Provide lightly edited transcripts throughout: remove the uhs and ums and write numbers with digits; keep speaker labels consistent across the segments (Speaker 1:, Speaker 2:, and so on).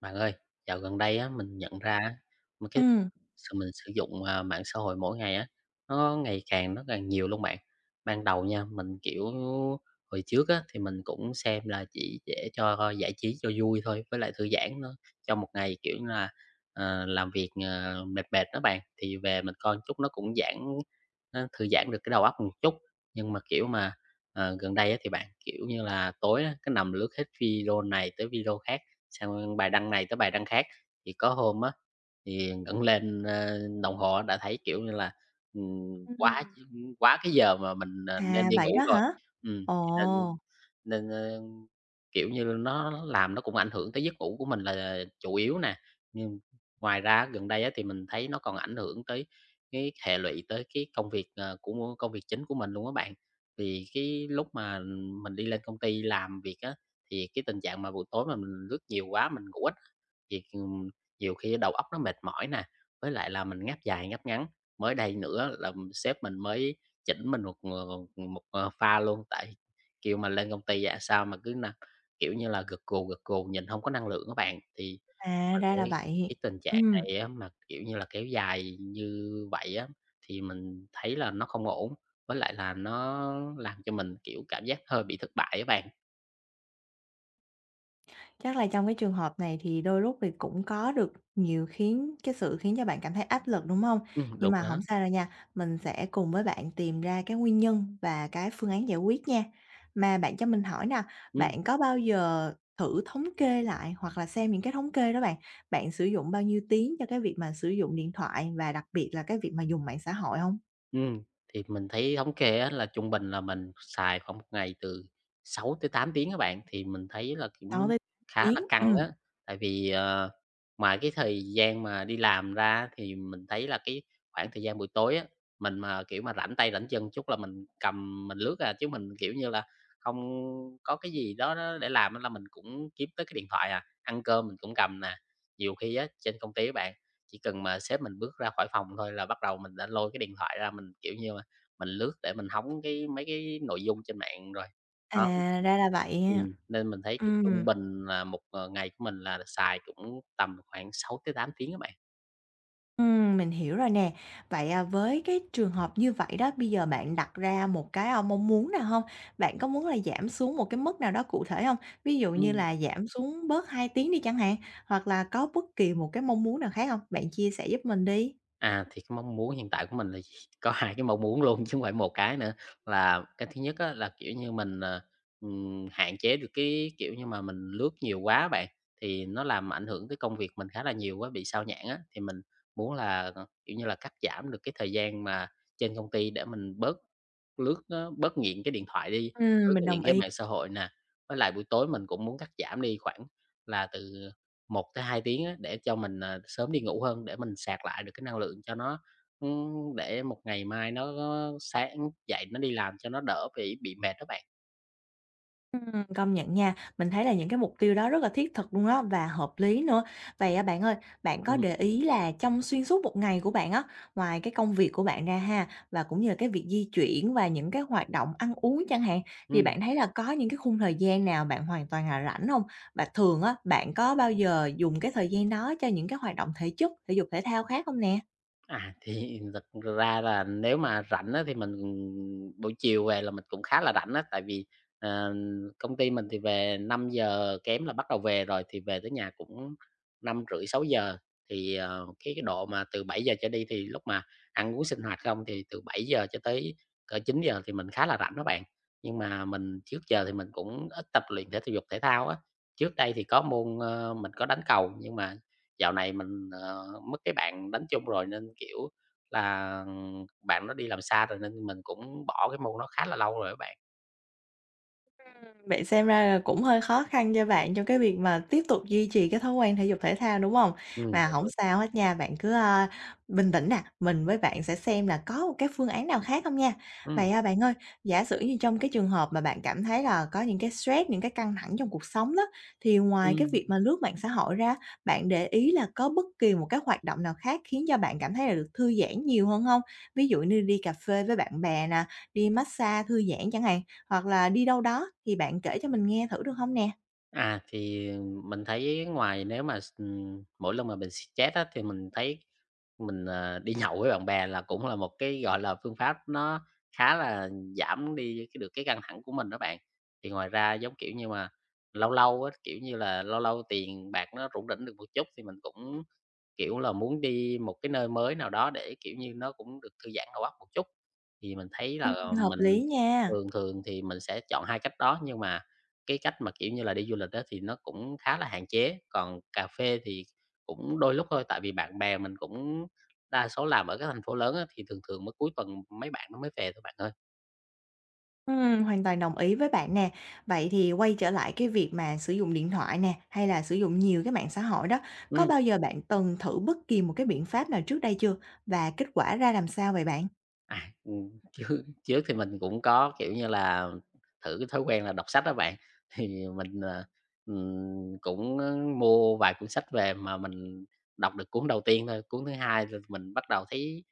Speaker 1: Bạn ơi, dạo gần đây á, mình nhận ra á, một cái
Speaker 2: Ừm.
Speaker 1: sao mình sử dụng, mạng xã hội mỗi ngày á, nó ngày càng nhiều luôn bạn. Ban đầu nha, mình, kiểu, hồi trước á, thì mình cũng xem là chỉ để cho giải trí cho vui thôi, với lại thư giãn nữa, trong một ngày, kiểu như là, làm việc, mệt mệt đó bạn, thì về mình coi chút nó thư giãn được cái đầu óc một chút. Nhưng mà, kiểu mà, gần đây á thì bạn, kiểu như là, tối á, cứ nằm lướt hết video này tới video khác, xong bài đăng này tới bài đăng khác. Thì có hôm á, thì ngẩng lên, đồng hồ đã thấy, kiểu như là, quá
Speaker 2: Ừm.
Speaker 1: quá cái giờ mà mình, nên
Speaker 2: À,
Speaker 1: đi
Speaker 2: vậy
Speaker 1: ngủ
Speaker 2: đó
Speaker 1: rồi.
Speaker 2: hả?
Speaker 1: Ừm, nên
Speaker 2: Ồ,
Speaker 1: nên, kiểu như, nó cũng ảnh hưởng tới giấc ngủ của mình là chủ yếu nè. Nhưng ngoài ra gần đây á thì mình thấy nó còn ảnh hưởng tới cái hệ lụy tới cái công việc, ờ, của công việc chính của mình luôn á bạn. Vì cái lúc mà mình đi lên công ty làm việc á, thì cái tình trạng mà buổi tối mà mình lướt nhiều quá, mình ngủ ít Việc, Nhiều khi đầu óc nó mệt mỏi nè, với lại là mình ngáp dài ngáp ngắn. Mới đây nữa là sếp mình mới chỉnh mình một pha luôn, tại kiểu mình lên công ty á sao mà cứ kiểu như là, gật gù, nhìn không có năng lượng các bạn. Thì
Speaker 2: à,
Speaker 1: mình
Speaker 2: ra là
Speaker 1: thấy cái
Speaker 2: vậy.
Speaker 1: tình trạng
Speaker 2: Ừm,
Speaker 1: này á mà, kiểu như là, kéo dài như vậy á, thì mình thấy là nó không ổn, với lại là nó làm cho mình, kiểu, cảm giác hơi bị thất bại các bạn.
Speaker 2: Chắc là trong cái trường hợp này thì đôi lúc thì cũng có được nhiều khiến cái sự khiến cho bạn cảm thấy áp lực, đúng hông? Nhưng
Speaker 1: Đúng
Speaker 2: mà
Speaker 1: đó,
Speaker 2: hổng sao đâu nha, mình sẽ cùng với bạn tìm ra cái nguyên nhân và cái phương án giải quyết nha. Mà bạn cho mình hỏi nè,
Speaker 1: ừm.
Speaker 2: bạn có bao giờ thử thống kê lại hoặc là xem những cái thống kê đó bạn, bạn sử dụng bao nhiêu tiếng cho cái việc mà sử dụng điện thoại và đặc biệt là cái việc mà dùng mạng xã hội hông?
Speaker 1: Ừm, thì mình thấy thống kê á là trung bình là mình xài khoảng một ngày từ 6 tới 8 tiếng các bạn, thì mình thấy là
Speaker 2: Đối
Speaker 1: cũng
Speaker 2: với
Speaker 1: khá
Speaker 2: tiếng,
Speaker 1: là căng
Speaker 2: ừm.
Speaker 1: á. Tại vì, ngoài cái thời gian mà đi làm ra thì mình thấy là cái khoảng thời gian buổi tối á, mình mà, kiểu, mà rảnh tay rảnh chân chút là mình cầm mình lướt à, chứ mình, kiểu như là, không có cái gì đó đó để làm á là mình cũng kiếm tới cái điện thoại à, ăn cơm mình cũng cầm nè. Nhiều khi á, trên công ty á bạn, chỉ cần mà sếp mình bước ra khỏi phòng thôi là bắt đầu mình đã lôi cái điện thoại ra, mình, kiểu như, mà mình lướt để mình hóng cái mấy cái nội dung trên mạng rồi.
Speaker 2: À,
Speaker 1: Đó.
Speaker 2: ra là vậy ha.
Speaker 1: Nên mình thấy cái trung
Speaker 2: Ừm,
Speaker 1: bình là một ngày của mình là xài cũng tầm khoảng 6 tới 8 tiếng các bạn.
Speaker 2: mình hiểu rồi nè. Vậy, à, với cái trường hợp như vậy đó, bây giờ bạn đặt ra một cái, mong muốn nào không? Bạn có muốn là giảm xuống một cái mức nào đó cụ thể không? Ví dụ như
Speaker 1: Ừm.
Speaker 2: là giảm xuống bớt 2 tiếng đi chẳng hạn, hoặc là có bất kỳ một cái mong muốn nào khác không? Bạn chia sẻ giúp mình đi.
Speaker 1: À, thì cái mong muốn hiện tại của mình là có hai cái mong muốn luôn chứ không phải một cái nữa. Là cái thứ nhất á là, kiểu như, mình, hạn chế được cái, kiểu như, mà mình lướt nhiều quá bạn, thì nó làm ảnh hưởng tới công việc mình khá là nhiều quá bị sao nhãng á. Thì mình muốn là, kiểu như là, cắt giảm được cái thời gian mà trên công ty để mình bớt lướt á, bớt nghiện cái điện thoại đi, bớt
Speaker 2: Mình
Speaker 1: nghiện
Speaker 2: đồng
Speaker 1: cái
Speaker 2: ý.
Speaker 1: mạng xã hội nè. Với lại buổi tối mình cũng muốn cắt giảm đi khoảng là từ 1 tới 2 tiếng á, để cho mình, sớm đi ngủ hơn, để mình sạc lại được cái năng lượng cho nó, để một ngày mai nó sáng dậy nó đi làm cho nó đỡ bị mệt đó bạn.
Speaker 2: Công nhận nha, mình thấy là những cái mục tiêu đó rất là thiết thực luôn á và hợp lý nữa. Vậy á bạn ơi, bạn có
Speaker 1: Ừm,
Speaker 2: để ý là trong xuyên suốt một ngày của bạn á, ngoài cái công việc của bạn ra ha và cũng như là cái việc di chuyển và những cái hoạt động ăn uống chẳng hạn, thì
Speaker 1: ừm.
Speaker 2: bạn thấy là có những cái khung thời gian nào bạn hoàn toàn là rảnh không? Và thường á, bạn có bao giờ dùng cái thời gian đó cho những cái hoạt động thể chất, thể dục thể thao khác không nè?
Speaker 1: À, thì thật ra là nếu mà rảnh á, thì mình, buổi chiều về là mình cũng khá là rảnh á, tại vì, ờ, công ty mình thì về 5 giờ kém là bắt đầu về rồi, thì về tới nhà cũng 5 rưỡi 6 giờ. Thì, cái độ mà từ 7 giờ trở đi thì lúc mà ăn uống sinh hoạt không thì từ 7 giờ cho tới cỡ 9 giờ thì mình khá là rảnh đó bạn. Nhưng mà mình trước giờ thì mình cũng ít tập luyện thể dục thể thao á, trước đây thì có môn, mình có đánh cầu nhưng mà dạo này mình, mất cái bạn đánh chung rồi nên, kiểu là, bạn nó đi làm xa rồi nên mình cũng bỏ cái môn nó khá là lâu rồi á bạn.
Speaker 2: Vậy xem ra là cũng hơi khó khăn cho bạn trong cái việc mà tiếp tục duy trì cái thói quen thể dục thể thao, đúng hông?
Speaker 1: Ừ.
Speaker 2: Mà hổng sao hết nha, bạn cứ, bình tĩnh nè, mình với bạn sẽ xem là có một cái phương án nào khác hông nha.
Speaker 1: Ừm,
Speaker 2: Vậy, à, bạn ơi, giả sử như trong cái trường hợp mà bạn cảm thấy là có những cái stress, những cái căng thẳng trong cuộc sống đó, thì ngoài cái việc
Speaker 1: ừm,
Speaker 2: mà lướt mạng xã hội ra, bạn để ý là có bất kỳ một cái hoạt động nào khác khiến cho bạn cảm thấy là được thư giãn nhiều hơn hông? Ví dụ như đi cà phê với bạn bè nè, đi massage thư giãn chẳng hạn. Hoặc là đi đâu đó thì bạn kể cho mình nghe thử được không nè?
Speaker 1: thì mình thấy ngoài nếu mà s mỗi lần mà mình stress á thì mình thấy mình, đi nhậu với bạn bè là cũng là một cái, gọi là, phương pháp nó khá là giảm đi cái được cái căng thẳng của mình đó bạn. Thì ngoài ra, giống kiểu như mà, lâu lâu á, kiểu như là, lâu lâu tiền bạc nó rủng rỉnh được một chút thì mình cũng kiểu là, muốn đi một cái nơi mới nào đó để, kiểu như, nó cũng được thư giãn đầu óc một chút. Thì mình thấy
Speaker 2: Ừm.
Speaker 1: là
Speaker 2: Hợp lý
Speaker 1: mình
Speaker 2: nha.
Speaker 1: thường thường thì mình sẽ chọn 2 cách đó, nhưng mà cái cách mà, kiểu như là, đi du lịch đó thì nó cũng khá là hạn chế, còn cà phê thì cũng đôi lúc thôi, tại vì bạn bè mình cũng đa số làm ở các thành phố lớn á, thì thường thường mới cuối tuần mấy bạn nó mới về thôi bạn ơi.
Speaker 2: Hoàn toàn đồng ý với bạn nè. Vậy thì quay trở lại cái việc mà sử dụng điện thoại nè, hay là sử dụng nhiều cái mạng xã hội đó, có
Speaker 1: Ừm.
Speaker 2: bao giờ bạn từng thử bất kỳ một cái biện pháp nào trước đây chưa? Và kết quả ra làm sao vậy bạn?
Speaker 1: À, trước trước thì mình cũng có, kiểu như là, thử cái thói quen là đọc sách đó bạn. Thì mình, cũng, mua vài cuốn sách về mà mình đọc được cuốn đầu tiên thôi, cuốn thứ hai rồi mình bắt đầu thấy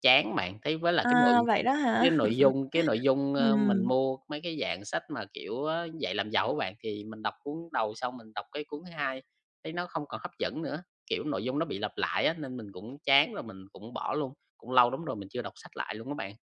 Speaker 1: chán bạn, thấy với là cái nội
Speaker 2: À, vậy đó
Speaker 1: cái
Speaker 2: hả?
Speaker 1: nội dung cái nội dung, mình
Speaker 2: Ừm.
Speaker 1: mua mấy cái dạng sách mà, kiểu, á, Dạy Làm Giàu các bạn, thì mình đọc cuốn đầu xong mình đọc cái cuốn thứ hai, thấy nó không còn hấp dẫn nữa, kiểu, nội dung nó bị lặp lại á, nên mình cũng chán rồi mình cũng bỏ luôn, cũng lâu lắm rồi mình chưa đọc sách lại luôn các bạn.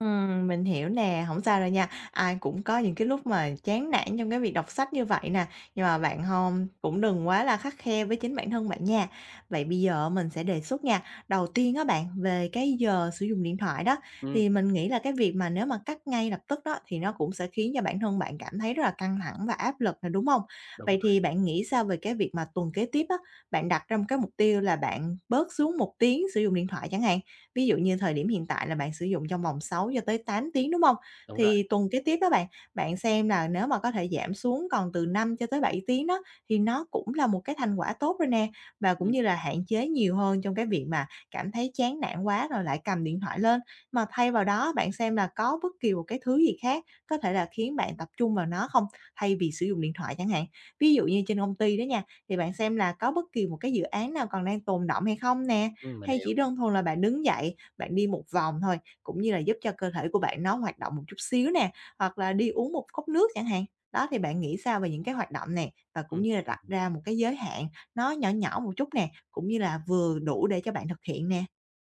Speaker 2: Mình hiểu nè, không sao đâu nha. Ai cũng có những cái lúc mà chán nản trong cái việc đọc sách như vậy nè, nhưng mà bạn không cũng đừng quá là khắt khe với chính bản thân bạn nha. Vậy bây giờ mình sẽ đề xuất nha, đầu tiên á bạn, về cái giờ sử dụng điện thoại đó,
Speaker 1: Ừm,
Speaker 2: thì mình nghĩ là cái việc mà nếu mà cắt ngay lập tức đó, thì nó cũng sẽ khiến cho bản thân bạn cảm thấy rất là căng thẳng và áp lực nè, đúng không?
Speaker 1: đúng
Speaker 2: Vậy
Speaker 1: rồi,
Speaker 2: thì bạn nghĩ sao về cái việc mà tuần kế tiếp á, bạn đặt ra một cái mục tiêu là bạn bớt xuống 1 tiếng sử dụng điện thoại chẳng hạn? Ví dụ như thời điểm hiện tại là bạn sử dụng trong vòng 6 cho tới 8 tiếng, đúng không?
Speaker 1: đúng rồi.
Speaker 2: Thì tuần kế tiếp đó bạn, bạn xem là nếu mà có thể giảm xuống còn từ 5 cho tới 7 tiếng đó, thì nó cũng là một cái thành quả tốt rồi nè. Và cũng
Speaker 1: Ừm,
Speaker 2: như là hạn chế nhiều hơn trong cái việc mà cảm thấy chán nản quá rồi lại cầm điện thoại lên. Mà thay vào đó bạn xem là có bất kỳ một cái thứ gì khác có thể là khiến bạn tập trung vào nó không, thay vì sử dụng điện thoại chẳng hạn. Ví dụ như trên công ty đó nha, thì bạn xem là có bất kỳ một cái dự án nào còn đang tồn đọng hay không nè.
Speaker 1: mình
Speaker 2: Hay
Speaker 1: hiểu,
Speaker 2: chỉ đơn thuần là bạn đứng dậy, bạn đi một vòng thôi, cũng như là giúp cho cơ thể của bạn nó hoạt động một chút xíu nè, hoặc là đi uống một cốc nước chẳng hạn. Đó, thì bạn nghĩ sao về những cái hoạt động này? Và cũng
Speaker 1: ừm.
Speaker 2: như là đặt ra một cái giới hạn nó nhỏ nhỏ một chút nè, cũng như là vừa đủ để cho bạn thực hiện nè.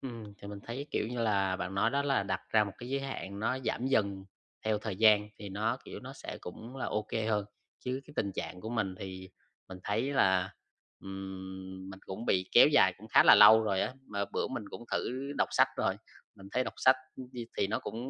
Speaker 1: Thì mình thấy, kiểu như là, bạn nói đó là đặt ra một cái giới hạn nó giảm dần theo thời gian thì nó, kiểu, sẽ cũng là ok hơn. Chứ cái tình trạng của mình thì mình thấy là, mình cũng bị kéo dài cũng khá là lâu rồi á, mà bữa mình cũng thử đọc sách rồi, mình thấy đọc sách đi thì nó cũng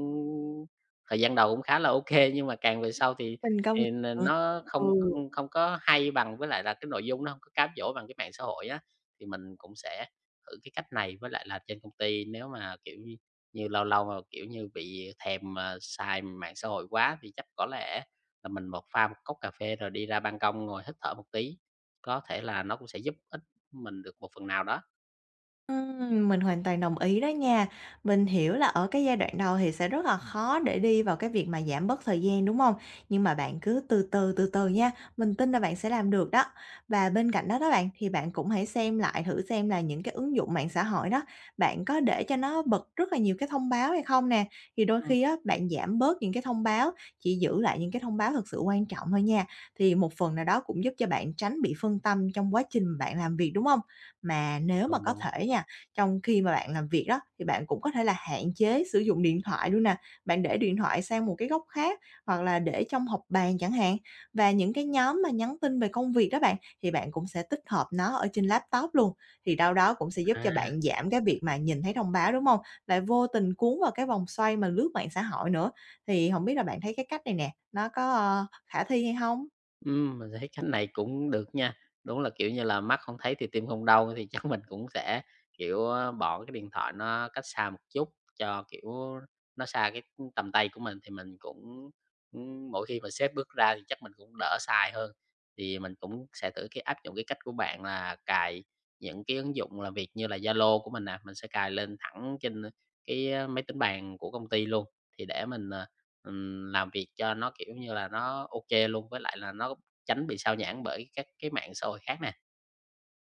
Speaker 1: thời gian đầu cũng khá là ok nhưng mà càng về sau thì
Speaker 2: Mình công
Speaker 1: thì
Speaker 2: Ừm.
Speaker 1: nó không
Speaker 2: Ừ.
Speaker 1: không không có hay bằng với lại là cái nội dung nó không có cám dỗ bằng cái mạng xã hội á, thì mình cũng sẽ thử cái cách này, với lại là trên công ty nếu mà, kiểu như như, lâu lâu mà, kiểu như, bị thèm, xài mạng xã hội quá thì chắc có lẽ là mình một pha một cốc cà phê rồi đi ra ban công ngồi hít thở một tí, có thể là nó cũng sẽ giúp ích mình được một phần nào đó.
Speaker 2: Mình hoàn toàn đồng ý đó nha. Mình hiểu là ở cái giai đoạn đầu thì sẽ rất là khó để đi vào cái việc mà giảm bớt thời gian, đúng không? Nhưng mà bạn cứ từ từ, từ từ nha, mình tin là bạn sẽ làm được đó. Và bên cạnh đó đó bạn, thì bạn cũng hãy xem lại thử xem là những cái ứng dụng mạng xã hội đó, bạn có để cho nó bật rất là nhiều cái thông báo hay không nè? Thì đôi
Speaker 1: Ừm.
Speaker 2: khi á, bạn giảm bớt những cái thông báo, chỉ giữ lại những cái thông báo thật sự quan trọng thôi nha. Thì một phần nào đó cũng giúp cho bạn tránh bị phân tâm trong quá trình bạn làm việc, đúng không? Mà nếu mà
Speaker 1: Đúng,
Speaker 2: có
Speaker 1: đúng.
Speaker 2: thể nha, trong khi mà bạn làm việc đó thì bạn cũng có thể là hạn chế sử dụng điện thoại luôn nè, bạn để điện thoại sang một cái góc khác hoặc là để trong hộp bàn chẳng hạn. Và những cái nhóm mà nhắn tin về công việc đó bạn, thì bạn cũng sẽ tích hợp nó ở trên laptop luôn, thì đâu đó cũng sẽ giúp cho
Speaker 1: À.
Speaker 2: bạn giảm cái việc mà nhìn thấy thông báo, đúng không? Lại vô tình cuốn vào cái vòng xoay mà lướt mạng xã hội nữa. Thì không biết là bạn thấy cái cách này nè, nó có, khả thi hay không?
Speaker 1: Mình thấy cách này cũng được nha. Đúng là, kiểu như là, mắt không thấy thì tim không đau, thì chắc mình cũng sẽ, kiểu, bỏ cái điện thoại nó cách xa một chút cho, kiểu, nó xa cái tầm tay của mình thì mình cũng, mỗi khi mà sếp bước ra thì chắc mình cũng đỡ xài hơn. Thì mình cũng sẽ thử cái áp dụng cái cách của bạn là cài những cái ứng dụng làm việc như là Zalo của mình nè, mình sẽ cài lên thẳng trên cái, máy tính bàn của công ty luôn, thì để mình, làm việc cho nó, kiểu như là, nó OK luôn, với lại là nó tránh bị xao nhãng bởi các cái mạng xã hội khác nè.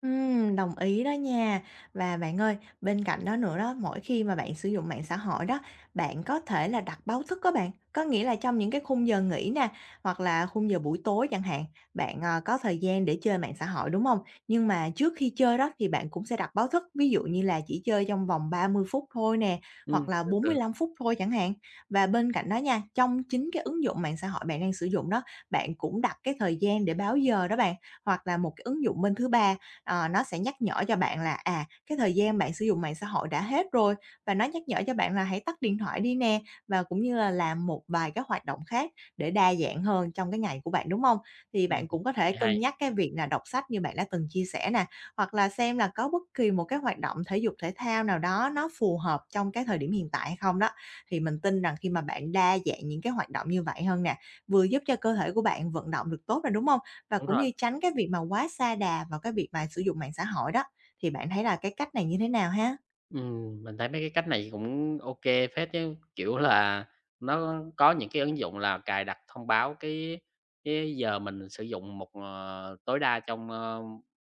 Speaker 2: Đồng ý đó nha. Và bạn ơi, bên cạnh đó nữa đó, mỗi khi mà bạn sử dụng mạng xã hội đó, bạn có thể là đặt báo thức đó bạn. Có nghĩa là trong những cái khung giờ nghỉ nè, hoặc là khung giờ buổi tối chẳng hạn, bạn, có thời gian để chơi mạng xã hội, đúng không? Nhưng mà trước khi chơi đó thì bạn cũng sẽ đặt báo thức, ví dụ như là chỉ chơi trong vòng 30 phút thôi nè,
Speaker 1: Ừm,
Speaker 2: hoặc là
Speaker 1: được,
Speaker 2: bốn mươi
Speaker 1: được,
Speaker 2: lăm phút thôi chẳng hạn. Và bên cạnh đó nha, trong chính cái ứng dụng mạng xã hội bạn đang sử dụng đó, bạn cũng đặt cái thời gian để báo giờ đó bạn, hoặc là một cái ứng dụng bên thứ ba nó sẽ nhắc nhở cho bạn là, à, cái thời gian bạn sử dụng mạng xã hội đã hết rồi và nó nhắc nhở cho bạn là hãy tắt điện thoại đi nè, và cũng như là làm một vài cái hoạt động khác để đa dạng hơn trong cái ngày của bạn, đúng không? Thì
Speaker 1: ừm.
Speaker 2: bạn cũng có thể
Speaker 1: Hay, hay,
Speaker 2: cân nhắc cái việc là đọc sách như bạn đã từng chia sẻ nè, hoặc là xem là có bất kỳ một cái hoạt động thể dục thể thao nào đó nó phù hợp trong cái thời điểm hiện tại hay không đó. Thì mình tin rằng khi mà bạn đa dạng những cái hoạt động như vậy hơn nè, vừa giúp cho cơ thể của bạn vận động được tốt nè, đúng không? Và
Speaker 1: đúng
Speaker 2: cũng
Speaker 1: rồi.
Speaker 2: như tránh cái việc mà quá sa đà vào cái việc mà sử dụng mạng xã hội đó, thì bạn thấy là cái cách này như thế nào ha?
Speaker 1: Mình thấy mấy cái cách này cũng ok, kê phết chứ, kiểu là, nó có những cái ứng dụng là cài đặt thông báo cái giờ mình sử dụng một tối đa trong,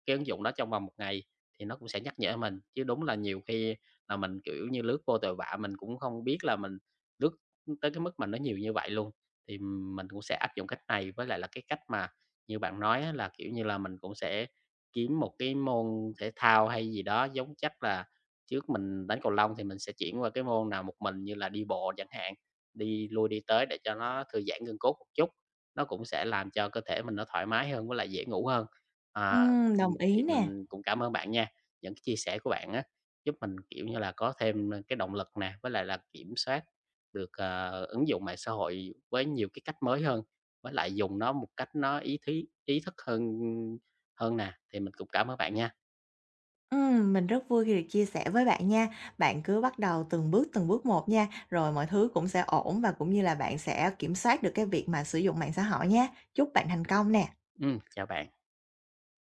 Speaker 1: cái ứng dụng đó trong vòng một ngày thì nó cũng sẽ nhắc nhở mình. Chứ đúng là nhiều khi là mình, kiểu như, lướt vô tội vạ, mình cũng không biết là mình lướt tới cái mức mà nó nhiều như vậy luôn. Thì mình cũng sẽ áp dụng cách này, với lại là cái cách mà như bạn nói á là, kiểu như là, mình cũng sẽ kiếm một cái môn thể thao hay gì đó giống chắc là trước mình đánh cầu lông thì mình sẽ chuyển qua cái môn nào một mình như là đi bộ chẳng hạn, đi lui đi tới để cho nó thư giãn gân cốt một chút, nó cũng sẽ làm cho cơ thể mình nó thoải mái hơn với lại dễ ngủ hơn. À,
Speaker 2: Đồng
Speaker 1: thì
Speaker 2: ý nè.
Speaker 1: mình cũng cảm ơn bạn nha, những cái chia sẻ của bạn á, giúp mình, kiểu như là, có thêm, cái động lực nè, với lại là kiểm soát được, ứng dụng mạng xã hội với nhiều cái cách mới hơn, với lại dùng nó một cách nó ý thức hơn hơn nè, thì mình cũng cảm ơn bạn nha.
Speaker 2: Mình rất vui khi được chia sẻ với bạn nha. Bạn cứ bắt đầu từng bước một nha, rồi mọi thứ cũng sẽ ổn và cũng như là bạn sẽ kiểm soát được cái việc mà sử dụng mạng xã hội nha. Chúc bạn thành công nè.
Speaker 1: Chào bạn.